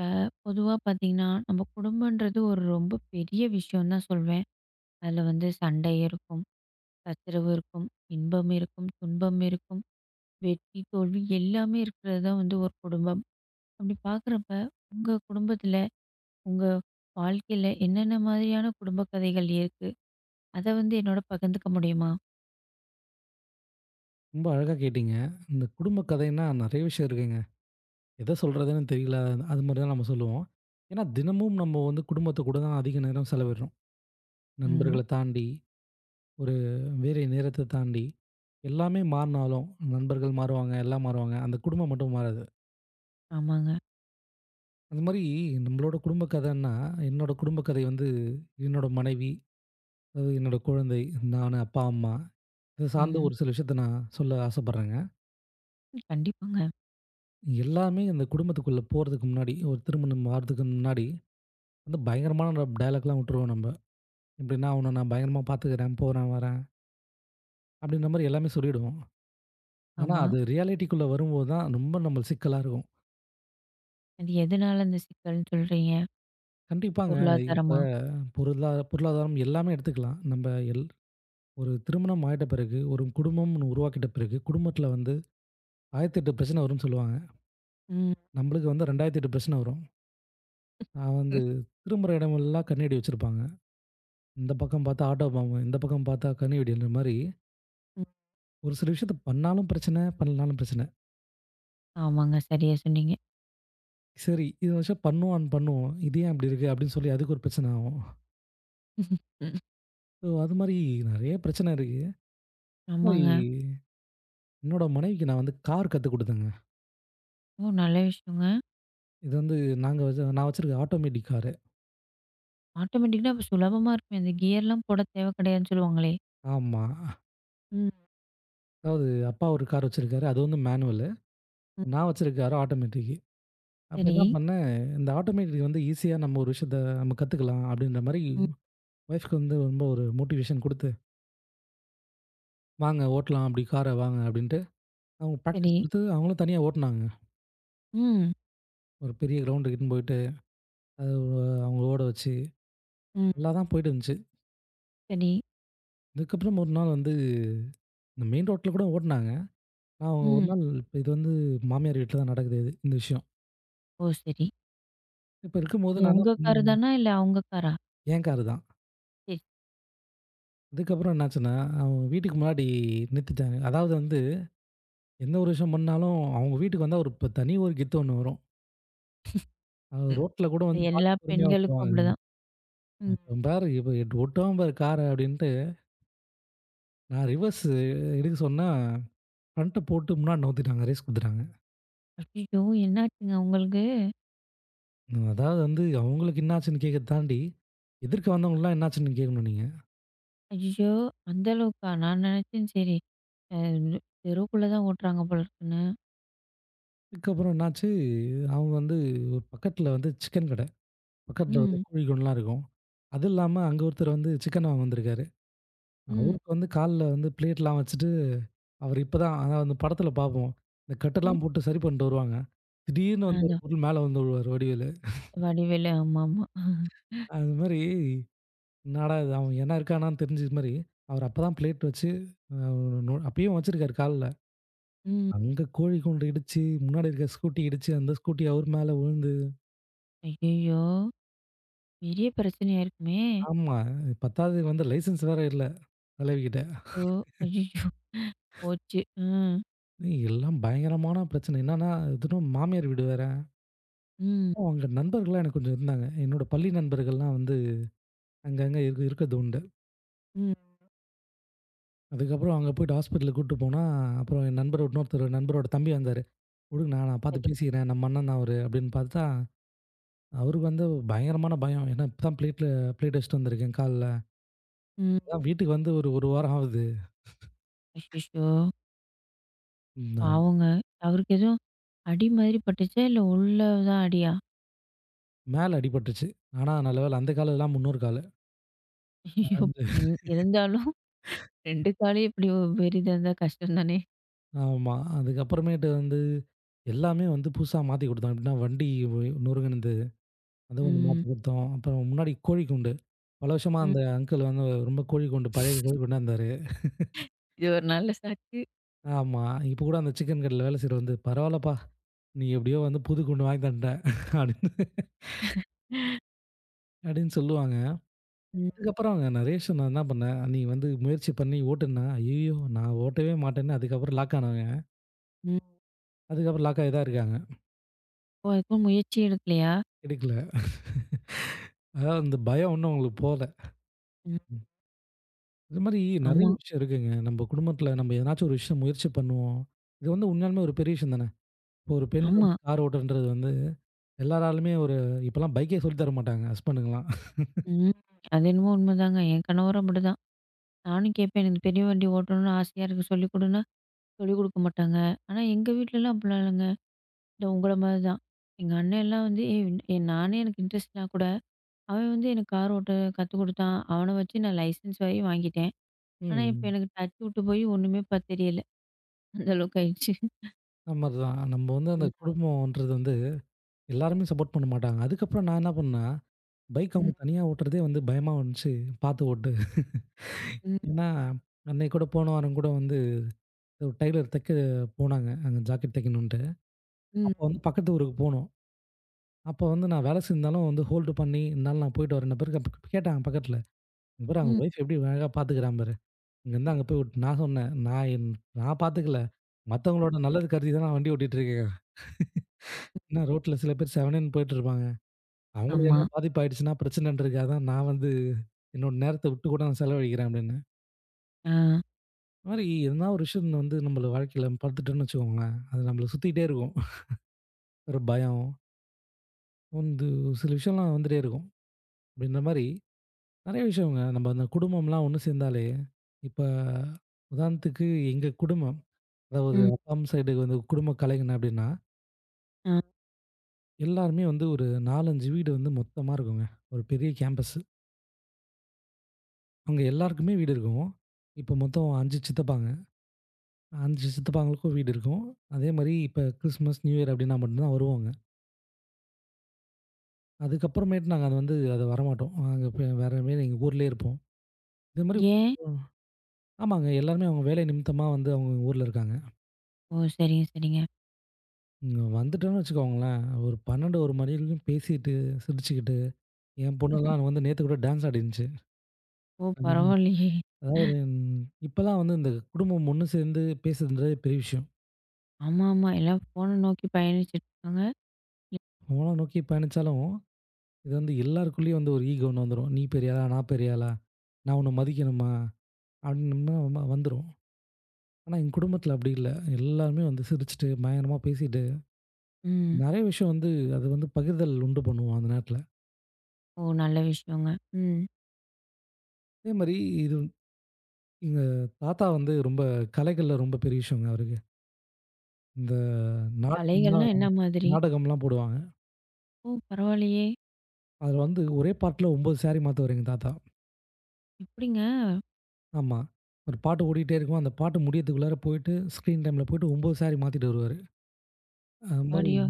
இப்போ பொதுவாக பார்த்தீங்கன்னா நம்ம குடும்பன்றது ஒரு ரொம்ப பெரிய விஷயம் தான் சொல்வேன். அதில் வந்து சண்டை இருக்கும், சச்சரவு இருக்கும், இன்பம் இருக்கும், துன்பம் இருக்கும், வெற்றி தோல்வி எல்லாமே இருக்கிறது தான் வந்து ஒரு குடும்பம். அப்படி பார்க்குறப்ப உங்கள் குடும்பத்தில், உங்கள் வாழ்க்கையில் என்னென்ன மாதிரியான குடும்ப கதைகள் இருக்கு? அதை வந்து என்னோட பகிர்ந்துக்க முடியுமா? ரொம்ப அழகா கேட்டீங்க. இந்த குடும்ப கதைன்னா நெறைய விஷயம் இருக்குங்க. எத சொல்றதுன்னு தெரியல. அது மாரி தான் நம்ம சொல்லுவோம். ஏன்னா தினமும் நம்ம வந்து குடும்பத்து கூட தான் அதிக நேரம் செலவிடுறோம். ம். நண்பர்கள தாண்டி, ஒரு வேலை நேரத்த தாண்டி, எல்லாமே மாறினாலும் நண்பர்கள் மாறுவாங்க, எல்லாம் மாறுவாங்க. அந்த குடும்பம் மட்டும் மாறாது. ஆமாங்க. அந்த மாரி நம்மளோட குடும்ப கதைன்னா, என்னோட குடும்ப கதை வந்து என்னோட மனைவி, அதாவது என்னோட குழந்தை, நானு, அப்பா, அம்மா, இது சார்ந்த ம். ஒரு சில விஷயத்த நான் சொல்ல ஆசைப்படுறேங்க. கண்டிப்பாங்க. எல்லாமே அந்த குடும்பத்துக்குள்ள போறதுக்கு முன்னாடி, ஒரு திருமணம் ஆறதுக்கு முன்னாடி, வந்து பயங்கரமான டயலாக்லாம் விட்டுருவோம் நம்ம. இப்படின்னா அவன நான் பயங்கரமா பார்த்துக்கிறேன், போறேன், வரேன் அப்படின்ற மாரி எல்லாமே சொல்லிடுவோம். ஆனா ஆமாம். அது ரியாலிட்டிக்குள்ள வரும்போது தான் ரொம்ப நம்மளுக்கு சிக்கலா இருக்கும். அது எதனால இந்த சிக்கல்னு சொல்கிறீங்க? கண்டிப்பாங்க. இப்ப பொருளாதாரமா? பொருளாதாரம் எல்லாமே எடுத்துக்கலாம். நம்ம எல் ஒரு திருமணம் ஆயிட்ட பிறகு, ஒரு குடும்பம்னு உருவாக்கிட்ட பிறகு, குடும்பத்தில வந்து 1008 பிரச்சனை வரும்னு சொல்லுவாங்க. ம். நம்மளுக்கு வந்து 2008 பிரச்சனை வரும். நான் ம். வந்து திரும்புற இடமெல்லாம் கண்ணாடி வச்சிருப்பாங்க. இந்த பக்கம் பார்த்தா ஆட்டோ பாம்பு, இந்த பக்கம் பார்த்தா கனி வெடின்ற மாரி, ம். ஒரு சில விஷயத்த பண்ணாலும் பிரச்சனை, பண்ணலனாலும் பிரச்சனை. ஆமாங்க, சரியா சொன்னீங்க. சரி, இது ஒரு விஷயம் பண்ணுவோம், பண்ணுவோம். இது ஏன் இப்படி இருக்கு? அப்படின்னு சொல்லி அதுக்கு ஒரு பிரச்சனை ஆகும். ம். ஸோ அது மாரி நெறைய பிரச்சனை இருக்கு. அது மாரி ஆமாங்க. என்னோட மனைவிக்கு நான் வந்து கார் கத்துக் குடுத்தேங்க. ஓ! நல்ல விஷயங்க. இது வந்து நாங்க வச்ச நான் வச்சிருக்க ஆட்டோமேட்டிக் காரு. ஆட்டோமேட்டிக்கா? அப்ப சுலபமா இருக்குமே. அந்த கியர்லாம் போட தேவை கிடையாதுன்னு சொல்லுவாங்களே! ஆமா. ம். அதாவது அப்பா ஒரு கார் வச்சிருக்காரு. அது வந்து மேனுவலு. ம். நான் வச்சிருக்க காரு ஆட்டோமேட்டிக்கு. அப்ப சரி. என்ன பண்ணேன், இந்த ஆட்டோமேட்டிக் வந்து ஈஸியா நம்ம ஒரு விஷயத்த நம்ம கத்துக்கலாம் அப்படின்ற மாரி ம். ஒய்ஃப்க்கு வந்து ரொம்ப ஒரு மோட்டிவேஷன் குடுத்து வாங்க ஓட்டலாம் அப்படி கார வாங்க அப்படின்ட்டு, அவங்க சரி. பிராக்டிஸ் குடுத்து அவங்களும் தனியா ஓட்டுனாங்க. ம். ஒரு பெரிய கிரவுண்டுக்கு இட்டுன்னு போயிட்டு, அது அவங்கள ஓட வச்சு ம். நல்லா தான் போயிட்டு இருந்துச்சு. சரி. அதுக்கப்புறம் ஒரு நாள் வந்து இந்த மெயின் ரோட்ல கூட ஓட்டுனாங்க. நான் அவங்க ஒரு ம். நாள் இப்ப இது வந்து மாமியார் வீட்ல தான் நடக்குது இது, இந்த விஷயம். ஓ! சரி. இப்ப இருக்கும்போது அது நான் என்ன உங்க காரு பண்ணேன், தானா? இல்ல அவங்க காரா? என் காரு தான். சரி. அதுக்கப்புறம் என்னாச்சுன்னா, அவங்க வீட்டுக்கு முன்னாடி நிறுத்திட்டாங்க. அதாவது வந்து எந்த ஒரு விஷயம் பண்ணாலும் அவங்க வீட்டுக்கு வந்தா ஒரு இப்ப தனி ஒரு கெத்து ஒண்ணு வரும். அது ம். ரோட்ல கூட அது வந்து எல்லா பார்த்து பொறுமையா பெண்களுக்கும் ஓட்டுவாங்க. அப்படிதான். ம். "இவன் பாரு, இவன் எட்டு ஓட்டுவான் பாரு கார" அப்படின்னு நான் ரிவர்ஸ் எதுக்கு சொன்னா, ஃப்ரண்ட்ட போட்டு முன்னாடி நவுத்திட்டாங்க. ரேஸ் குடுத்துட்டாங்க. அய்யய்யோ! என்னாச்சுங்க உங்களுக்கு? அதாவது வந்து அவங்களுக்கு என்னாச்சுன்னு கேட்கறத தாண்டி, எதிர்க்க வந்தவங்களுக்குலாம் என்னாச்சுன்னு கேட்கணும் நீங்க. ஐயய்யோ! அந்த அளவுக்கா? நான் நினைச்சேன் சரி, அ தெருவுக்குள்ள தான் ஓட்டுறாங்க போல இருக்குன்னு. அதுக்கப்புறம் என்னாச்சு, அவங்க வந்து ஒரு பக்கத்துல வந்து சிக்கன் கடை. பக்கத்துல வந்து ம். கோழிக்கூடுலாம் இருக்கும். அது இல்லாம அங்க ஒருத்தர் வந்து சிக்கன் வாங்க வந்திருக்காரு. ம். அவருக்கு வந்து கால்ல வந்து பிளேட்லாம் வச்சுட்டு, அவர் இப்பதான் அதான் அந்த படத்துல பார்ப்போம். இந்த ம். கட்டெல்லாம் போட்டு சரி பண்ணிட்டு வருவாங்க. திடீர்னு வந்து ஒரு அதான் பொருள் மேல வந்து விழுவாரு வடிவேலு. வடிவேலு. ஆமாமா. அது மாரி என்னடா இது! அவன் என்ன இருக்கானான்னு தெரிஞ்சது மாரி, அவரு அப்பதான் பிளேட் வச்சு அ நொ அப்பயும் வச்சிருக்காரு கால்ல. ம். அங்க கோழி கூண்டு இடிச்சு, முன்னாடி இருக்க ஸ்கூட்டி இடிச்சு, அந்த ஸ்கூட்டி அவர் மேல விழுந்து ஐயய்யோ! பெரிய பிரச்சனையா இருக்குமே! ஆமா. பத்தாததுக்கு வந்து லைசென்ஸ் வேற இல்ல தலைவிகிட்ட. ஓ! அய்யய்யோ! போச்சு. ம். எல்லாம் பயங்கரமான பிரச்சனை. என்னன்னா, தினம் மாமியார் வீடு வேற. ம். அவங்க நண்பர்கள்லாம் எனக்கு கொஞ்சம் இருந்தாங்க. என்னோட பள்ளி நண்பர்கள்லாம் வந்து அங்கங்க இருக்கிறது உண்டு. ம். அதுக்கப்புறம் அங்க போயிட்டு ஹாஸ்பிட்டலுக்கு கூட்டு போனா, அப்புறம் என் நண்பர் இன்னொருத்தர் நண்பரோட தம்பி வந்தாரு. "விடுங்கண்ணா நான் நான் பார்த்து சரி. பேசிக்கிறேன். நம்ம அண்ணன் தான் அவரு" அப்படின்னு பார்த்தா அவருக்கு வந்து பயங்கரமான பயம். ஏன்னா இப்ப தான் பிளேட்ல பிளேட் வச்சுட்டு வந்திருக்கேன் கால்ல. ம். அதான் வீட்டுக்கு வந்து ஒரு 1 வாரம் ஆகுது. அச்சச்சோ! ம் ம். பாவங்க. அவருக்கு எதுவும் அடி மாதிரி பட்டுச்சா? இல்ல உள்ள தான் அடியா? மேல அடிபட்டுருச்சு. ஆனா நல்ல வேளை அந்த காலெல்லாம் முன்னோர் காலு. ஐயய்யோ! ஆமா. இருந்தாலும் 2 காலும் இப்டி பெரிதா இருந்தா கஷ்டம் தானே! ஆமா. அதுக்கப்புறமேட்டு வந்து எல்லாமே வந்து புதுசா மாத்தி குடுத்தோம். எப்படின்னா வண்டி நொறுங்குனது அது வந்து ம். மாத்தி குடுத்தோம். அப்புறம் முன்னாடி கோழிக்கூண்டு. பல வருஷமா ம். அந்த அங்கிள் வந்து ரொம்ப கோழிக்கூண்டு பழைய கோழிக்கூண்டா இருந்தாரு. இது ஒரு நல்ல சாக்கு. ஆமா. இப்போ கூட அந்த சிக்கன் கடையில வேலை செய்றவர் வந்து, "பரவாயில்லப்பா! நீ எப்படியோ வந்து புது கூண்டு வாங்கி தந்துட்ட" அப்படின்னு அப்படின்னு சொல்லுவாங்க. ம். அதுக்கப்புறம் நரேஷ் நான் என்ன பண்ணேன், நீ வந்து முயற்சி பண்ணி ஓட்டுன்னா, ஐய்யயோ! நான் ஓட்டவே மாட்டேன்னு அதுக்கப்புறம் லாக் ஆனவங்க. ம். அதுக்கப்புறம் லாக் ஆகி தான் இருக்காங்க. ஓ! அதுக்கும் முயற்சி எடுக்கலையா? கிடைக்கல. அதாவது அந்த பயம் இன்னும் அவங்களுக்கு போகல. ம். இது மாரி நெறைய ஆமா. விஷயம் இருக்குங்க. நம்ம குடும்பத்தில நம்ம எதனாச்சும் ஒரு விஷயம் முயற்சி பண்ணுவோம். இது வந்து உண்மையாலுமே ஒரு பெரிய விஷயம் தானே. இப்போ ஒரு பெண் ஆமா. வந்து கார் ஓட்டுன்றது வந்து எல்லாராலுமே ஒரு இப்பலாம் பைக்கே சொல்லி தர மாட்டாங்க ஹஸ்பண்டுங்கலாம். ம். அது என்னமோ உண்மதாங்க. என் கணவரும் அப்படிதான். நானும் கேட்பேன். எனக்கு பெரிய வண்டி ஓட்டணும்னு ஆசையா இருக்கு, சொல்லிக் குடுன்னா சொல்லிக் குடுக்க மாட்டாங்க. ஆனா எங்க வீட்லலாம் அப்படிலாம் இல்லைங்க. இந்த உங்கள மாரி தான். எங்க அண்ணன் எல்லாம் வந்து ஏய், நானே எனக்கு இன்ட்ரெஸ்ட்னா கூட, அவன் வந்து எனக்கு கார் ஓட்ட கத்துக் குடுத்தான். அவன வச்சு நான் லைசென்ஸ் வரையும் வாங்கிட்டேன். ஆனா இப்ப ம். எனக்கு டச் விட்டு போய் ஒண்ணுமே தெரியல. அந்த அளவுக்கு ஆயிடுச்சு. அந்த மாரி தான். நம்ம வந்து அந்த ம், குடும்பம்ன்றது வந்து எல்லாருமே சப்போர்ட் பண்ண மாட்டாங்க. அதுக்கப்புறம் நான் என்ன பண்ணேன்னா, பைக் ம், அவங்க தனியா ஓட்டுறதே வந்து பயமா இருந்துச்சு. பார்த்து ஓட்டு. ம், ஏன்னா, அன்னைக்கு கூட போன வாரம் கூட வந்து ஒரு டைலர் தைக்க போனாங்க. அங்க ஜாக்கெட் தைக்கணுன்ட்டு. ம், அப்போ வந்து பக்கத்து ஊருக்கு போனோம். அப்போ வந்து நான் வேலை செஞ்சாலும் வந்து ஹோல்டு பண்ணி, "இந்தநாள் நான் போயிட்டு வரேன்ன பிறகு" அப்ப கேட்டாங்க பக்கத்துல. "இங்க பாரு அவங்க ம். ஒய்ஃப் எப்படி அழகா பாத்துக்கிறா பாரு. இங்கருந்து அங்க போய் விட்டு" நான் சொன்னேன், "நான் நான் பாத்துக்கல. மத்தவங்களோட நல்லது கருதி தான் நான் வண்டி ஓட்டிட்டு இருக்கேன். ஏன்னா ரோட்ல சில பேர் செவனேன்னு போயிட்டு இருப்பாங்க. அவங்களுக்கு ஆமா. எதனா பாதிப்பு ஆயிடுச்சுன்னா பிரச்சனைன்றதுக்காக தான் நான் வந்து என்னோட நேரத்த விட்டு கூட நான் செலவழிக்கிறேன்" அப்டின்னேன். ஆ. இந்த மாரி எதனா ஒரு விஷயம் வந்து நம்மள வாழ்க்கையில பாத்துட்டோம்னு வச்சுக்கோங்களேன், அது நம்மள சுத்திட்டே இருக்கும். ஒரு பயம் வந்து சில விஷயம்லாம் வந்துட்டே இருக்கும். அப்படின்ற மாரி நெறைய விஷயங்க நம்ம அந்த குடும்பம்லாம் ஒண்ணு சேர்ந்தாலே, இப்ப உதாரணத்துக்கு எங்க குடும்பம், அதாவது ம். அப்பா, அம்மா சைடு வந்து குடும்ப கலைஞன் அப்படின்னா, ஆ. எல்லாருமே வந்து ஒரு 4, 5 வீடு வந்து மொத்தமா இருக்குங்க. ஒரு பெரிய கேம்பஸ். அங்க எல்லாருக்குமே வீடு இருக்கும். இப்ப மொத்தம் 5 சித்தப்பாங்க. 5 சித்தப்பாங்களுக்கும் வீடு இருக்கும். அதே மாரி இப்ப கிறிஸ்மஸ், நியூ இயர் அப்படின்னா மட்டும் தான் வருவாங்க. அதுக்கப்புறமேட்டு நாங்க அத வந்து அத வரமாட்டோம். நாங்க இப்ப வேற மாரி எங்க ஊர்லயே இருப்போம். இதே மாரி ஏன்? ஆமாங்க. எல்லாருமே அவங்க வேலை நிமித்தமா வந்து அவங்க ஊர்ல இருக்காங்க. ஓ! சரிங்க, சரிங்க. இங்க வந்துட்டோன்னு வச்சுக்கோங்களேன், ஒரு 12, 1 மணி வரைக்கும் பேசிட்டு, சிரிச்சுக்கிட்டு, என் பொண்ணுலாம் வந்து நேத்து கூட டான்ஸ் ஆடிருந்துச்சு. ஓ! ம். பரவாயில்லையே! அதாவது இப்பலாம் வந்து இந்த குடும்பம் ஒண்ணு சேர்ந்து பேசுறதுன்றதே பெரிய விஷயம். ஆமா, ஆமா. எல்லாம் ஃபோன நோக்கி பயணிச்சுட்டு இருக்காங்க. கோலம் நோக்கி பயணிச்சாலும், இது வந்து எல்லாருக்குள்ளேயும் வந்து ஒரு ஈகோன்னு வந்துரும். நீ பெரிய ஆளா? நான் பெரிய ஆளா? நான் உன்ன மதிக்கணுமா? அப்டின்னு வந்துரும். ஆனா எங்க குடும்பத்தில அப்டி இல்ல. எல்லாருமே வந்து சிரிச்சுட்டு, பயங்கரமா பேசிட்டு, ம். நெறைய விஷயம் வந்து அது வந்து பகிர்தல் உண்டு பண்ணுவோம் அந்த நேரத்தில. ஓ! நல்ல விஷயங்க. ம். அதேமாரி இது எங்க தாத்தா வந்து ரொம்ப கலைகள்ல ரொம்ப பெரிய விஷயங்க அவருக்கு. இந்த கலைகள்லாம் நாடகம்லாம் என்ன மாதிரி? நாடகம்லாம் போடுவாங்க. ஓ! பரவாயில்லையே! அதில வந்து ஒரே பாட்டுல 9 சாரி மாத்துவாரு எங்க தாத்தா. எப்படிங்க? ஆமா. ஒரு பாட்டு ஓடிட்டே இருக்கும். அந்த பாட்டு முடியறதுக்குள்ளார போயிட்டு ஸ்க்ரீன் டைம்ல போயிட்டு 9 சாரி மாத்திட்டு வருவாரு. அது மாரி ஆடியோ.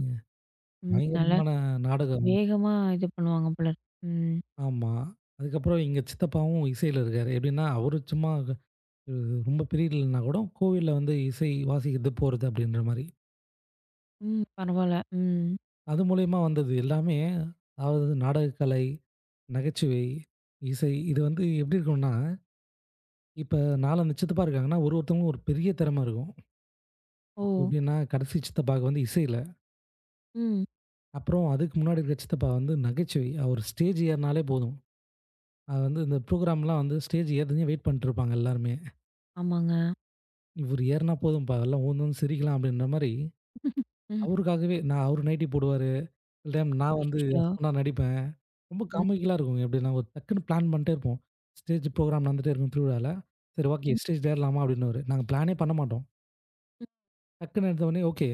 ம். நல்லா பயங்கரமான நாடகம். வேகமா இது பண்ணுவாங்க போல இருக்கு. ம். ஆமா. அதுக்கப்புறம் எங்க சித்தப்பாவும் இசையில இருக்காரு. எப்படின்னா, அவரு சும்மா ரொம்ப பெரிய இல்லைன்னா கூட கோவில்ல வந்து இசை வாசிக்கிறது போறது அப்படின்ற மாரி. ம். பரவால்ல. ம். அது மூலியமா வந்தது எல்லாமே. அதாவது நாடகக்கலை, நகைச்சுவை, இசை இது வந்து எப்படி இருக்கும்னா, இப்ப 4, 5 சித்தப்பா இருக்காங்கன்னா, ஒரு ஒருத்தவங்களுக்கும் ஒரு பெரிய திறமை இருக்கும். ஓ! எப்படின்னா, கடைசி சித்தப்பாவுக்கு வந்து இசையில, ம். அப்புறம் அதுக்கு முன்னாடி இருக்கிற சித்தப்பா வந்து நகைச்சுவை. அவர் ஸ்டேஜ் ஏறினாலே போதும். அது வந்து இந்த ப்ரோகிராம்லாம் வந்து ஸ்டேஜ் ஏறுதுன்னே வெயிட் பண்ணிட்டு இருப்பாங்க எல்லாருமே. ஆமாங்க. இவரு ஏறுனா போதும்பா எல்லாம் ஊந்து வந்து சிரிக்கலாம் அப்படின்ற மாரி ம். அவருக்காகவே நான் அவரு நைட்டி போடுவாரு. சில டைம் நான் வந்து அச்சச்சோ! ஹஸ்பண்டா நடிப்பேன். ரொம்ப ம். காமிக்கலா இருக்குங்க. எப்படின்னா ஒரு டக்குன்னு பிளான் பண்ணிட்டே இருப்போம். ஸ்டேஜ் ப்ரோகிராம் நடந்துட்டே இருக்கும் திருவிழால. சரி ஓகே ம். ஸ்டேஜ்ல ஏறலாமா அப்படின்னுவாரு. நாங்க பிளானே பண்ண மாட்டோம். ம். டக்குன்னு எடுத்தோனே ஓகே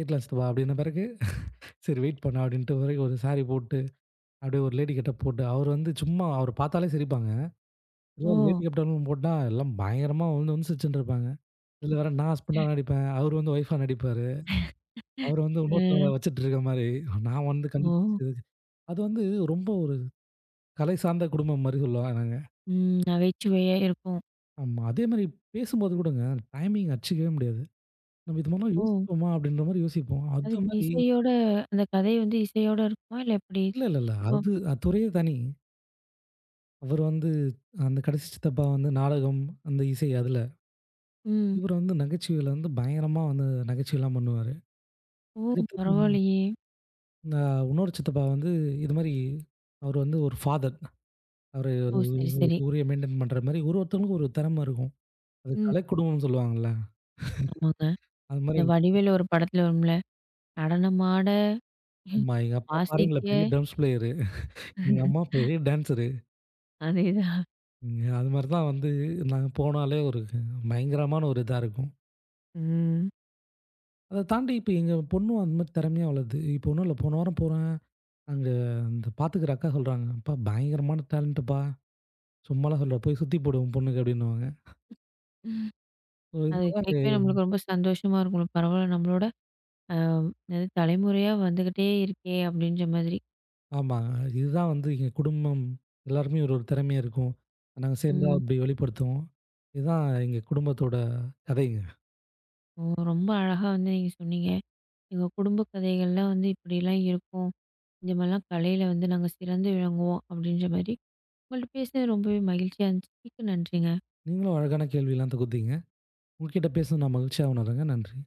ஏறலாம் சித்தப்பா அப்படின்ன பிறகு, சரி வெயிட் பண்ணு அப்படின்ட்டு பிறகு ஒரு சாரி போட்டு, அப்படியே ஒரு லேடி கெட்டப் போட்டு, அவரு வந்து சும்மா அவர பார்த்தாலே சிரிப்பாங்க. எல்லாம் லேடி ஓ! கெட்டப்லாம் போட்டா எல்லாம் பயங்கரமா உழுந்து உழுந்து சிரிச்சுன்ட்டு இருப்பாங்க. இதுல வேற நான் ஹஸ்பண்டா நடிப்பேன். அவரு வந்து ஒய்ஃபா நடிப்பாரு. அவர வந்து அ. இன்னொருத்தவங்க வச்சுட்டு இருக்க மாரி, நான் வந்து ஓ! கண்டுபிடிச்சது. அது வந்து ரொம்ப ஒரு கலை சார்ந்த குடும்பம் மாரி சொல்லுவாங்க நாங்க. ம். நகைச்சுவையா இருக்கும். ஆமா. அதே மாரி பேசும்போது கூடங்க டைமிங் அடிச்சுக்கவே முடியாது. நம்ம இது மாரிலாம் ஓ! யோசிப்போமா? அப்படின்ற மாரி யோசிப்போம். அது அதுக்கு மாரி இசையோட அந்த கதை வந்து இசையோட இருக்குமா? இல்ல எப்படி? இல்ல, இல்ல, இல்ல. வ அது துறையே தனி. அவர் வந்து அந்த கடைசி சித்தப்பா வந்து நாடகம், அந்த இசை அதுல. ம். இவர் வந்து நகைச்சுவையில வந்து பயங்கரமா வந்து நகைச்சுவைலாம் பண்ணுவாரு. ஓ! அதுக்கடுத்து பரவாயில்லையே! அ இன்னொரு சித்தப்பா வந்து இது மாரி அவர் வந்து ஒரு ஃபாதர். அவரு ஒரு ஓ! சரி, ஒரு சரி. ஊரையே மெயின்டெயின் பண்ற மாரி ஒரு ஒருத்தவங்களுக்கும் ஒரு திறமை இருக்கும். அது ம். கலைக்குடும்பம்னு சொல்லுவாங்கல்ல. ஆமாங்க. அது மாரி இந்த வடிவேலு ஒரு படத்துல வரும்ல. நடனமாட, ஆமா. எங்க அப்பா ஃபாரின்ல வாசிக்க. பெரிய ட்ரம்ஸ் பிளேயரு. எங்க அம்மா பெரிய டான்ஸரு. அதேதான். ம் அது மாரி தான் வந்து நாங்க போனாலே ஒரு பயங்கரமான ஒரு இதா இருக்கும். ம். அத தாண்டி இப்ப எங்க பொண்ணும் அந்த மாரி திறமையா வளருது. இப்ப ஒண்ணும் இல்ல போன வாரம் போறேன். அங்க அந்த பாத்துக்கிற அக்கா சொல்றாங்க, "அப்பா பயங்கரமான டேலண்ட்டுப்பா. சும்மாலாம் சொல்லல. போய் சுத்தி போடு உன் பொண்ணுக்கு" அப்படின்னுவாங்க. அது கேட்கவே நம்மளுக்கு ரொம்ப சந்தோஷமா இருக்கும். பரவால்ல நம்மளோட அ என்னது தலைமுறையா வந்துகிட்டே இருக்கே! அப்டின்ற மாதிரி. ஆமாங்க. இதுதான் வந்து எங்க குடும்பம் எல்லாருக்குமே ஒரு ஒரு திறமை இருக்கும். நாங்க சேர்ந்தா ம். ம். அப்படி வெளிப்படுத்துவோம். இதுதான் எங்க குடும்பத்தோட கதைங்க. ஓ! ரொம்ப அழகா வந்து நீங்க சொன்னீங்க. எங்க குடும்ப கதைகள்லாம் வந்து இப்டிலாம் இருக்கும். இந்த மாரிலாம் கலையில வந்து நாங்க சிறந்து விளங்குவோம். அப்டின்ற மாரி. உங்கள்ட்ட பேசினது ரொம்பவே மகிழ்ச்சியா இருந்துச்சு. மிக்க நன்றிங்க. நீங்களும் அழகான கேள்விலாம் தொகுத்தீங்க. உங்ககிட்ட பேசுனது நான் மகிழ்ச்சியா உணர்றேங்க. நன்றி.